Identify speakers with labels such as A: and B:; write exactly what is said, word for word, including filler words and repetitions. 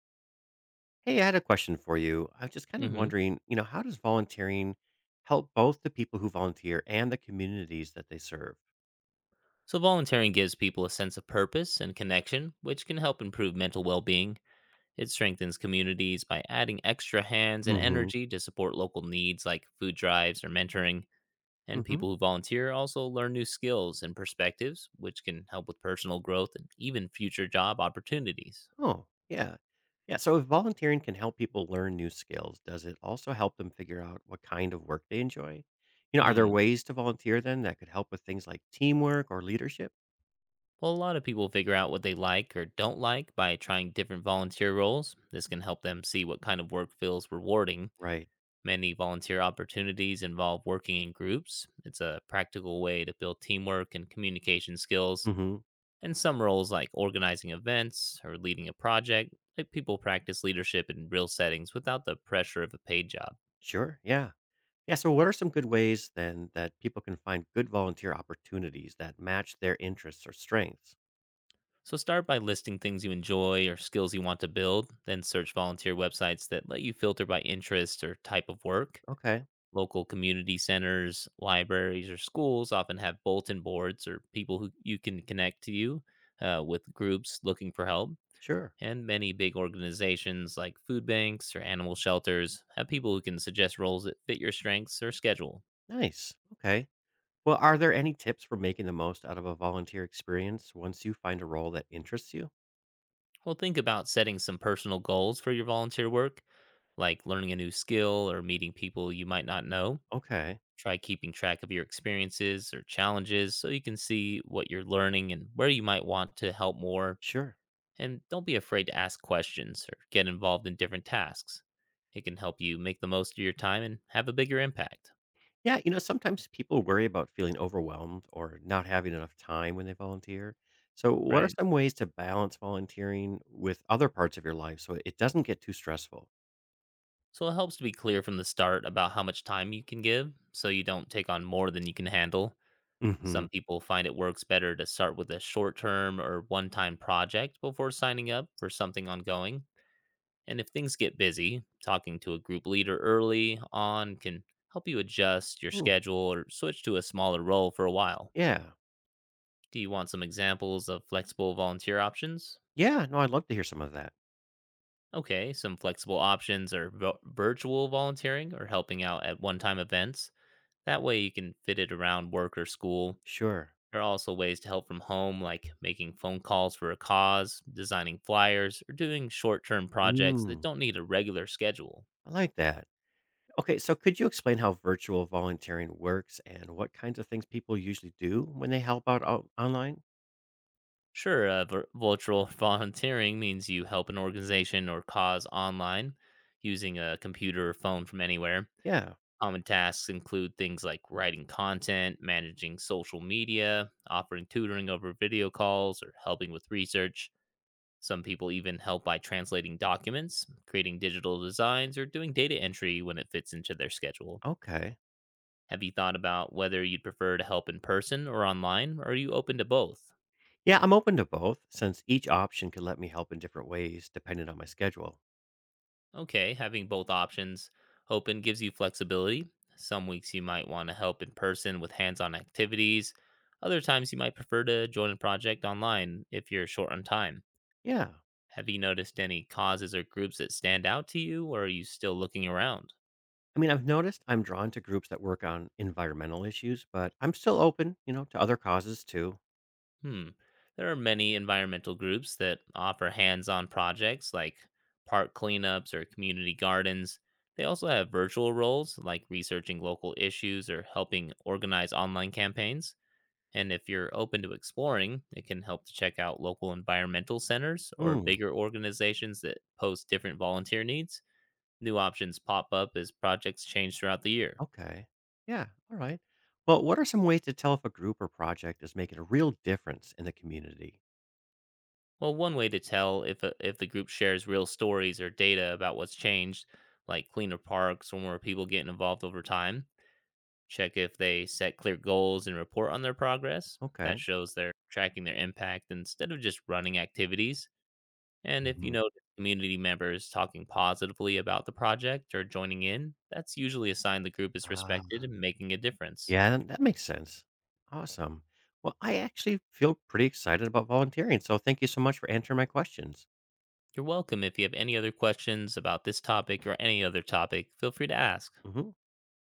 A: Hey, I had a question for you. I was just kind of
B: Hmm.
A: wondering, you know, how does volunteering help both the people who volunteer and the communities that they serve?
B: So, volunteering gives people a sense of purpose and connection, which can help improve mental well being. It strengthens communities by adding extra hands and
A: Hmm.
B: energy to support local needs like food drives or mentoring. And
A: Hmm.
B: people who volunteer also learn new skills and perspectives, which can help with personal growth and even future job opportunities.
A: Oh, yeah. Yeah. So if volunteering can help people learn new skills, does it also help them figure out what kind of work they enjoy? You know, are there
B: Hmm.
A: ways to volunteer then that could help with things like teamwork or leadership?
B: Well, a lot of people figure out what they like or don't like by trying different volunteer roles. This can help them see what kind of work feels rewarding.
A: Right.
B: Many volunteer opportunities involve working in groups. It's a practical way to build teamwork and communication skills.
A: Hmm.
B: And some roles, like organizing events or leading a project, let people practice leadership in real settings without the pressure of a paid job.
A: Sure. Yeah. Yeah. So what are some good ways then that people can find good volunteer opportunities that match their interests or strengths?
B: So start by listing things you enjoy or skills you want to build, then search volunteer websites that let you filter by interest or type of work.
A: Okay.
B: Local community centers, libraries, or schools often have bulletin boards or people who you can connect to you uh, with groups looking for help.
A: Sure.
B: And many big organizations like food banks or animal shelters have people who can suggest roles that fit your strengths or schedule.
A: Nice. Okay. Well, are there any tips for making the most out of a volunteer experience once you find a role that interests you?
B: Well, think about setting some personal goals for your volunteer work, like learning a new skill or meeting people you might not know.
A: Okay.
B: Try keeping track of your experiences or challenges so you can see what you're learning and where you might want to help more.
A: Sure.
B: And don't be afraid to ask questions or get involved in different tasks. It can help you make the most of your time and have a bigger impact,
A: Yeah. You know, sometimes people worry about feeling overwhelmed or not having enough time when they volunteer. So, what are
B: right?
A: some ways to balance volunteering with other parts of your life so it doesn't get too stressful?
B: So it helps to be clear from the start about how much time you can give so you don't take on more than you can handle.
A: Mm-hmm.
B: Some people find it works better to start with a short term or one time project before signing up for something ongoing. And if things get busy, talking to a group leader early on can help you adjust your
A: Mm.
B: schedule or switch to a smaller role for a while.
A: Yeah.
B: Do you want some examples of flexible volunteer options?
A: Yeah. No, I'd love to hear some of that.
B: Okay, some flexible options are vo- virtual volunteering or helping out at one time events. That way you can fit it around work or school.
A: Sure.
B: There are also ways to help from home, like making phone calls for a cause, designing flyers, or doing short term projects that
A: Mm,
B: don't need a regular schedule.
A: I like that. Okay, so could you explain how virtual volunteering works and what kinds of things people usually do when they help out o- online?
B: Sure, uh, vir- virtual volunteering means you help an organization or cause online using a computer or phone from anywhere.
A: Yeah,
B: Common tasks include things like writing content, managing social media, offering tutoring over video calls, or helping with research. Some people even help by translating documents, creating digital designs, or doing data entry when it fits into their schedule.
A: okay.
B: Have you thought about whether you'd prefer to help in person or online, or are you open to both?
A: Yeah, I'm open to both since each option could let me help in different ways depending on my schedule.
B: Okay, having both options open gives you flexibility. Some weeks you might want to help in person with hands on activities. Other times you might prefer to join a project online if you're short on time.
A: Yeah.
B: Have you noticed any causes or groups that stand out to you, or are you still looking around?
A: I mean, I've noticed I'm drawn to groups that work on environmental issues, but I'm still open, you know, to other causes too.
B: Hmm, there are many environmental groups that offer hands on projects like park cleanups or community gardens. They also have virtual roles like researching local issues or helping organize online campaigns. And if you're open to exploring, it can help to check out local environmental centers or
A: Hmm.
B: bigger organizations that post different volunteer needs. New options pop up as projects change throughout the year.
A: Okay. Yeah. All right. Well, what are some ways to tell if a group or project is making a real difference in the community?
B: Well, one way to tell if a, if the group shares real stories or data about what's changed, like cleaner parks or more people getting involved over time. Check if they set clear goals and report on their progress. That
A: Okay.
B: shows they're tracking their impact instead of just running activities. And if you
A: Mhm.
B: notice community members talking positively about the project or joining in, that's usually a sign the group is respected and making a difference.
A: Yeah, that that makes sense. Awesome. Well, I actually feel pretty excited about volunteering, so thank you so much for answering my questions.
B: You're welcome. If you have any other questions about this topic or any other topic, feel free to ask.
A: Mhm.